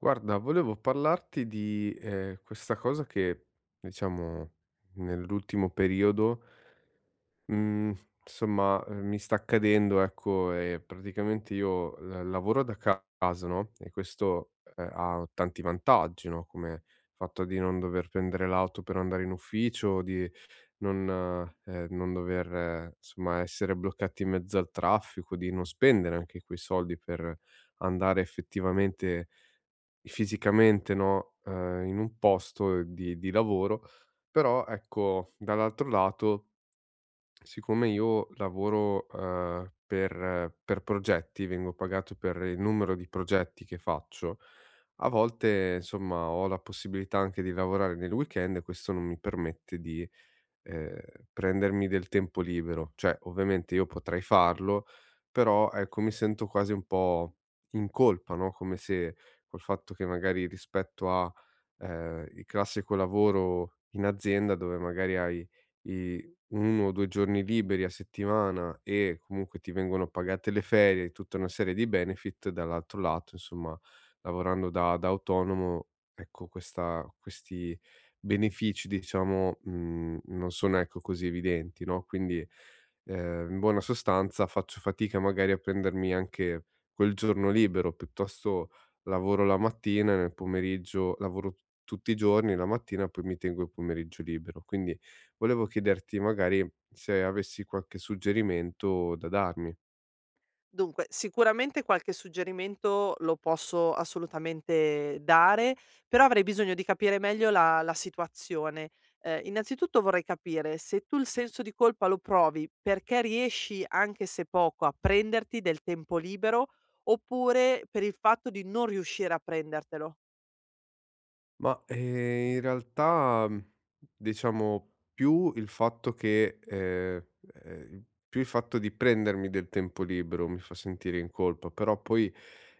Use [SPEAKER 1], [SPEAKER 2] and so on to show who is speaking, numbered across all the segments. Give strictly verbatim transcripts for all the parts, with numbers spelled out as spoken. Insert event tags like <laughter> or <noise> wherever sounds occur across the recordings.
[SPEAKER 1] Guarda, volevo parlarti di, ehm, questa cosa che, diciamo, nell'ultimo periodo, mhmm, insomma, ehm, mi sta accadendo, ecco. E praticamente io, ehm, lavoro da ca- casa, no, e questo, ehm, ha tanti vantaggi, no, come il fatto di non dover prendere l'auto per andare in ufficio, di non ehm, non dover, eh, insomma, essere bloccati in mezzo al traffico, di non spendere anche quei soldi per andare effettivamente fisicamente, no, ehm, in un posto di di lavoro. Però ecco, dall'altro lato, siccome io lavoro, ehm, per per progetti, vengo pagato per il numero di progetti che faccio, a volte, insomma, ho la possibilità anche di lavorare nel weekend, e questo non mi permette di ehm, prendermi del tempo libero. Cioè, ovviamente io potrei farlo, però ecco mi sento quasi un po' in colpa, no, come se col fatto che magari rispetto a, ehm, il classico lavoro in azienda dove magari hai i un o due giorni liberi a settimana e comunque ti vengono pagate le ferie e tutta una serie di benefit, dall'altro lato insomma lavorando da da autonomo, ecco questa questi benefici diciamo, mhmm, non sono ecco così evidenti, no. Quindi, ehm, in buona sostanza faccio fatica magari a prendermi anche quel giorno libero, piuttosto lavoro la mattina e nel pomeriggio lavoro t tutti i giorni, la mattina poi mi tengo il pomeriggio libero. Quindi volevo chiederti magari se avessi qualche suggerimento da darmi.
[SPEAKER 2] Dunque, sicuramente qualche suggerimento lo posso assolutamente dare, però avrei bisogno di capire meglio la, la situazione. Eh, innanzitutto vorrei capire se tu il senso di colpa lo provi perché riesci, anche se poco, a prenderti del tempo libero oppure per il fatto di non riuscire a prendertelo.
[SPEAKER 1] Ma, ehm, in realtà, mhmm, diciamo più il fatto che ehm, ehm, più il fatto di prendermi del tempo libero mi fa sentire in colpa, però poi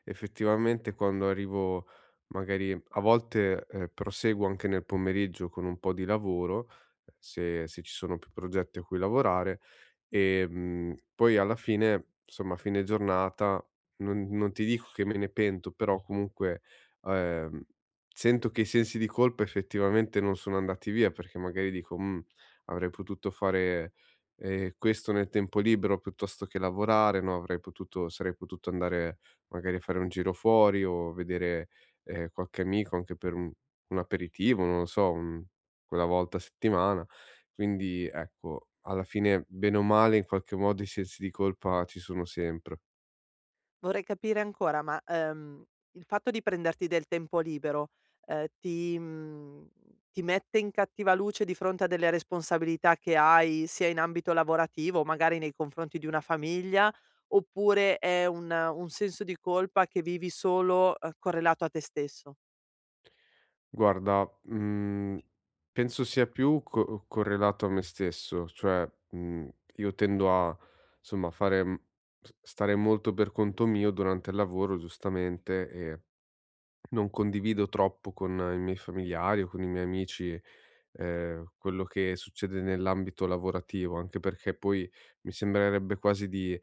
[SPEAKER 1] effettivamente quando arrivo magari a volte, ehm, proseguo anche nel pomeriggio con un po' di lavoro, eh, se se ci sono più progetti a cui lavorare. Ehm, poi alla fine, insomma, a fine giornata non non ti dico che me ne pento, però comunque, ehm, sento che i sensi di colpa effettivamente non sono andati via, perché magari dico: "Mhmm, avrei potuto fare, ehm, questo nel tempo libero piuttosto che lavorare, no, avrei potuto sarei potuto andare magari a fare un giro fuori o vedere, ehm, qualche amico anche per un un aperitivo, non lo so, un quella volta a settimana". Quindi ecco, alla fine bene o male in qualche modo i sensi di colpa ci sono sempre.
[SPEAKER 2] Vorrei capire ancora, ma, ehm, il fatto di prenderti del tempo libero, ehm, ti mhmm, ti mette in cattiva luce di fronte a delle responsabilità che hai, sia in ambito lavorativo, magari nei confronti di una famiglia, oppure è un un senso di colpa che vivi solo, ehm, correlato a te stesso?
[SPEAKER 1] Guarda, mhmm, penso sia più co correlato a me stesso, cioè, mhmm, io tendo a somma fare mhmm, s stare molto per conto mio durante il lavoro giustamente, e non condivido troppo con i miei familiari o con i miei amici, ehm, quello che succede nell'ambito lavorativo, anche perché poi mi sembrerebbe quasi di…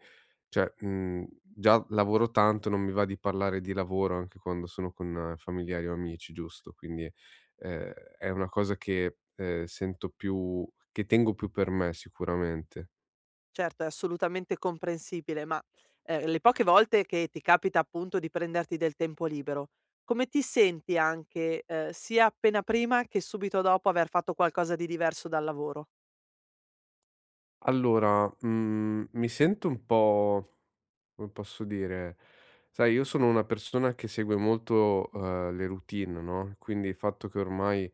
[SPEAKER 1] Cioè, mhmm, già lavoro tanto, non mi va di parlare di lavoro anche quando sono con eh, familiari o amici, giusto? Quindi, ehm, è una cosa che, ehm, sento più che tengo più per me sicuramente.
[SPEAKER 2] Certo, è assolutamente comprensibile, ma, ehm, le poche volte che ti capita appunto di prenderti del tempo libero, come ti senti anche, ehm, sia appena prima che subito dopo aver fatto qualcosa di diverso dal lavoro?
[SPEAKER 1] Allora, mhmm, mi sento un po' come posso dire, sai io sono una persona che segue molto, uhm, le routine, no, quindi il fatto che ormai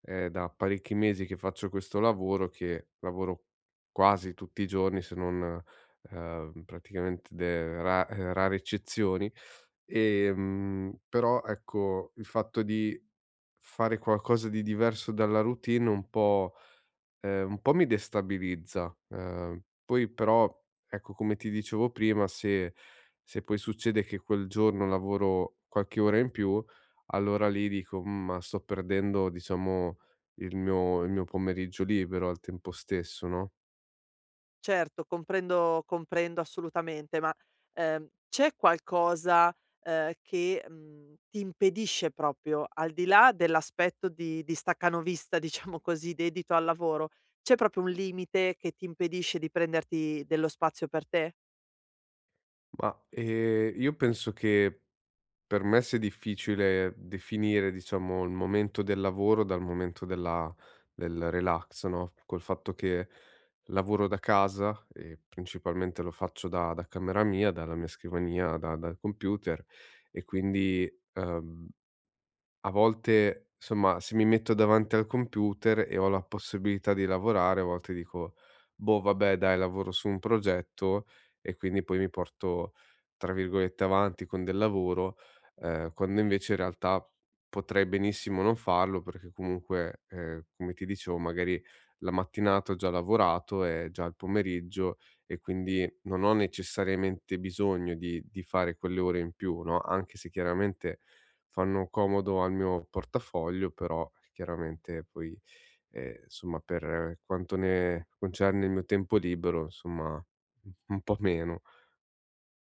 [SPEAKER 1] è da parecchi mesi che faccio questo lavoro, che lavoro quasi tutti i giorni, se non, ehm, praticamente de ra ehm, rare eccezioni. Ehm, però ecco, il fatto di fare qualcosa di diverso dalla routine un po' ehm, un po' mi destabilizza. Ehm, poi però, ecco, come ti dicevo prima, se se poi succede che quel giorno lavoro qualche ora in più, allora lì dico: "Mhmm, ma sto perdendo diciamo il mio il mio pomeriggio libero al tempo stesso", no?
[SPEAKER 2] Certo, comprendo comprendo assolutamente, ma, ehm, c'è qualcosa, ehm, che, mhmm, ti impedisce proprio, al di là dell'aspetto di di staccanovista, <laughs> diciamo così, dedito al lavoro, c'è proprio un limite che ti impedisce di prenderti dello spazio per te?
[SPEAKER 1] Ma, ehm, io penso che… Per me se è difficile definire, diciamo, il momento del lavoro dal momento della del relax, no, col fatto che lavoro da casa e principalmente lo faccio da da camera mia, dalla mia scrivania, da dal computer, e quindi, ehm a volte, somma, se mi metto davanti al computer e ho la possibilità di lavorare, a volte dico: "Boh, vabbè dai, lavoro su un progetto e quindi poi mi porto, tra virgolette, "avanti" con del lavoro", ehm, quando invece in realtà potrei benissimo non farlo perché comunque, ehm, come ti dicevo, magari la mattinata ho già lavorato, è già il pomeriggio e quindi non ho necessariamente bisogno di di fare quelle ore in più, no, anche se chiaramente fanno comodo al mio portafoglio. Però chiaramente poi, ehm, insomma, per quanto ne concerne il mio tempo libero, insomma, un un po' meno.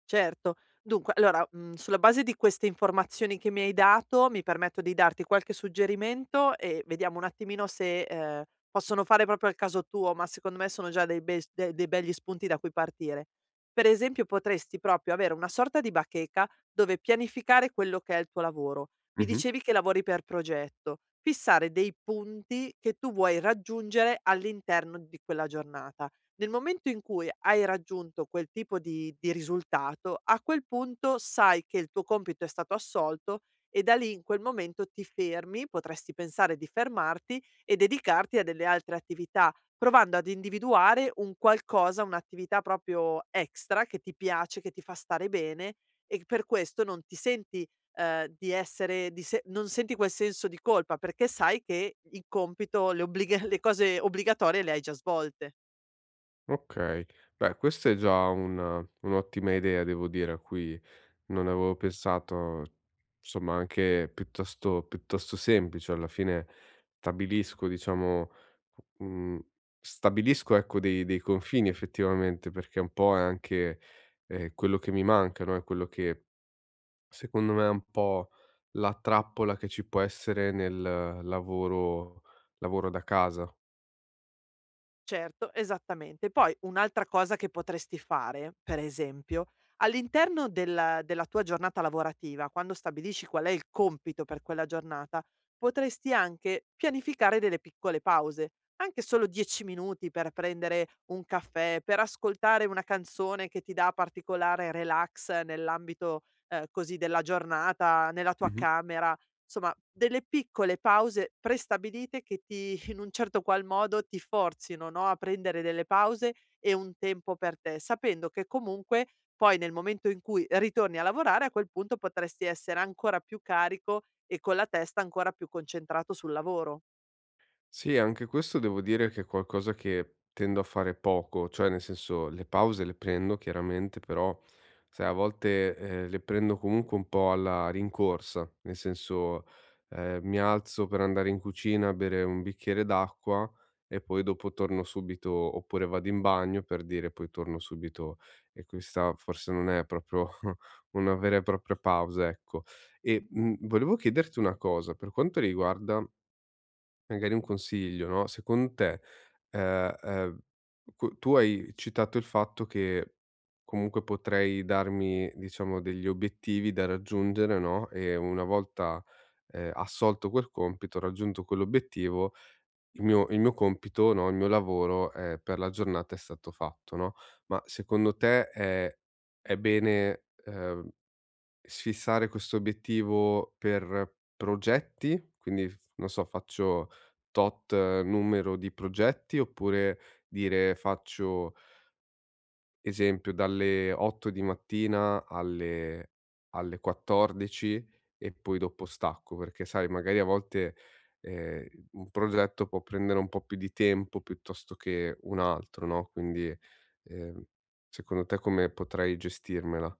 [SPEAKER 2] Certo. Dunque, allora, mhmm, sulla base di queste informazioni che mi hai dato, mi permetto di darti qualche suggerimento e vediamo un attimino se, ehm, possono fare proprio al caso tuo, ma secondo me sono già dei bei s de dei begli spunti da cui partire. Per esempio, potresti proprio avere una sorta di bacheca dove pianificare quello che è il tuo lavoro. Mi
[SPEAKER 1] Mh-mh.
[SPEAKER 2] dicevi che lavori per progetto. Fissare dei punti che tu vuoi raggiungere all'interno di quella giornata. Nel momento in cui hai raggiunto quel tipo di di risultato, a quel punto sai che il tuo compito è stato assolto e da lì in quel momento ti fermi, potresti pensare di fermarti e dedicarti a delle altre attività, provando ad individuare un qualcosa, un'attività proprio extra che ti piace, che ti fa stare bene e per questo non ti senti, ehm, di essere di se non senti quel senso di colpa, perché sai che il compito, le obblig <laughs> le cose obbligatorie le hai già svolte.
[SPEAKER 1] Okay. Beh, questa è già una un'ottima idea, devo dire, a cui non avevo pensato, somma anche piuttosto piuttosto semplice. Alla fine stabilisco diciamo, mhmm, stabilisco ecco dei dei confini effettivamente, perché un po' è anche, ehm, quello che mi manca, no, è quello che secondo me è un po' la trappola che ci può essere nel lavoro lavoro da casa.
[SPEAKER 2] Certo, esattamente. Poi un'altra cosa che potresti fare, per esempio, all'interno della della tua giornata lavorativa, quando stabilisci qual è il compito per quella giornata, potresti anche pianificare delle piccole pause, anche solo dieci minuti per prendere un caffè, per ascoltare una canzone che ti dà particolare relax nell'ambito, ehm, così della giornata, nella tua
[SPEAKER 1] Mh-mh.
[SPEAKER 2] camera. Insomma, delle piccole pause prestabilite che ti <laughs> in un certo qual modo ti forzino, no, a prendere delle pause e un tempo per te, sapendo che comunque poi nel momento in cui ritorni a lavorare, a quel punto potresti essere ancora più carico e con la testa ancora più concentrato sul lavoro.
[SPEAKER 1] Sì, anche questo devo dire che è qualcosa che tendo a fare poco, cioè nel senso le pause le prendo chiaramente, però sai, a volte eh, le prendo comunque un po' alla rincorsa, nel senso eh, mi alzo per andare in cucina a bere un bicchiere d'acqua e poi dopo torno subito, oppure vado in bagno per dire poi torno subito, e questa forse non è proprio <laughs> una vera e propria pausa, ecco. E mh, volevo chiederti una cosa per quanto riguarda magari un consiglio, no, secondo te, ehm, ehm, cu tu hai citato il fatto che comunque potrei darmi, diciamo, degli obiettivi da raggiungere, no, e una volta, ehm, assolto quel compito, raggiunto quell'obiettivo, il mio il mio compito, no, il mio lavoro, ehm, per la giornata è stato fatto, no, ma secondo te è è bene, ehm sfissare questo obiettivo per progetti, quindi f non so, faccio tot eh, numero di progetti, oppure dire faccio, esempio, dalle otto di mattina alle alle quattordici e poi dopo stacco, perché sai magari a volte, ehm, un progetto può prendere un po' più di tempo piuttosto che un altro, no, quindi, ehm, secondo te come potrei gestirmela?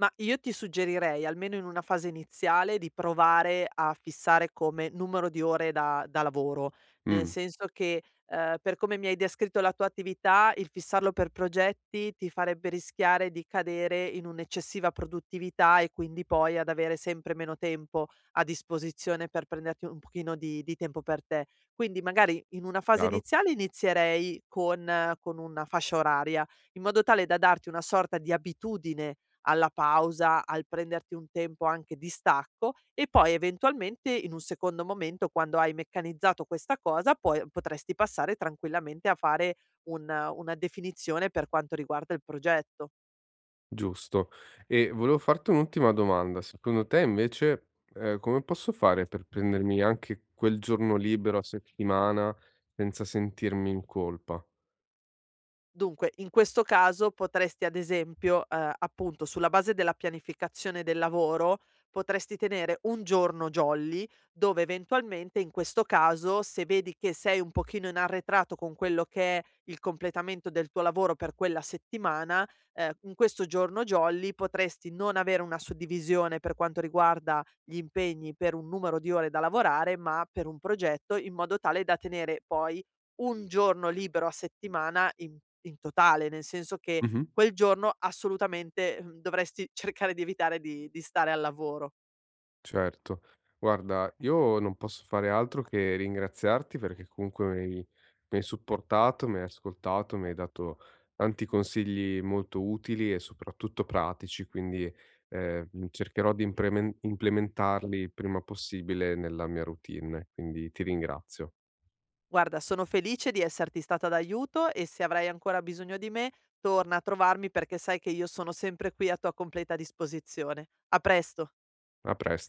[SPEAKER 2] Ma io ti suggerirei, almeno in una fase iniziale, di provare a fissare come numero di ore da da lavoro, nel
[SPEAKER 1] Mh,
[SPEAKER 2] senso che, ehm, per come mi hai descritto la tua attività, il fissarlo per progetti ti farebbe rischiare di cadere in un'eccessiva produttività e quindi poi ad avere sempre meno tempo a disposizione per prenderti un pochino di di tempo per te. Quindi magari in una fase
[SPEAKER 1] chiaro.
[SPEAKER 2] iniziale inizierei con eh, con una fascia oraria, in modo tale da darti una sorta di abitudine alla pausa, al prenderti un tempo anche di stacco e poi eventualmente in un secondo momento quando hai meccanizzato questa cosa poi potresti passare tranquillamente a fare un una definizione per quanto riguarda il progetto.
[SPEAKER 1] Giusto. E volevo farti un'ultima domanda. Secondo te invece, ehm, come posso fare per prendermi anche quel giorno libero a settimana senza sentirmi in colpa?
[SPEAKER 2] Dunque, in questo caso potresti ad esempio, ehm, appunto sulla base della pianificazione del lavoro, potresti tenere un giorno jolly, dove eventualmente in questo caso, se vedi che sei un pochino in arretrato con quello che è il completamento del tuo lavoro per quella settimana, ehm, in questo giorno jolly potresti non avere una suddivisione per quanto riguarda gli impegni per un numero di ore da lavorare, ma per un progetto, in modo tale da tenere poi un giorno libero a settimana in in totale, nel senso che
[SPEAKER 1] Mh-mh.
[SPEAKER 2] quel giorno assolutamente, mhmm, dovresti <laughs> cercare di evitare di di stare al lavoro.
[SPEAKER 1] Certo. Guarda, io non posso fare altro che ringraziarti perché comunque mi hai mi hai supportato, mi hai ascoltato, mi hai dato tanti consigli molto utili e soprattutto pratici, quindi, ehm, cercherò di implemen implementarli il prima possibile nella mia routine, quindi ti ringrazio.
[SPEAKER 2] Guarda, sono felice di esserti stata d'aiuto e se avrai ancora bisogno di me, torna a trovarmi perché sai che io sono sempre qui a tua completa disposizione. A presto.
[SPEAKER 1] A pres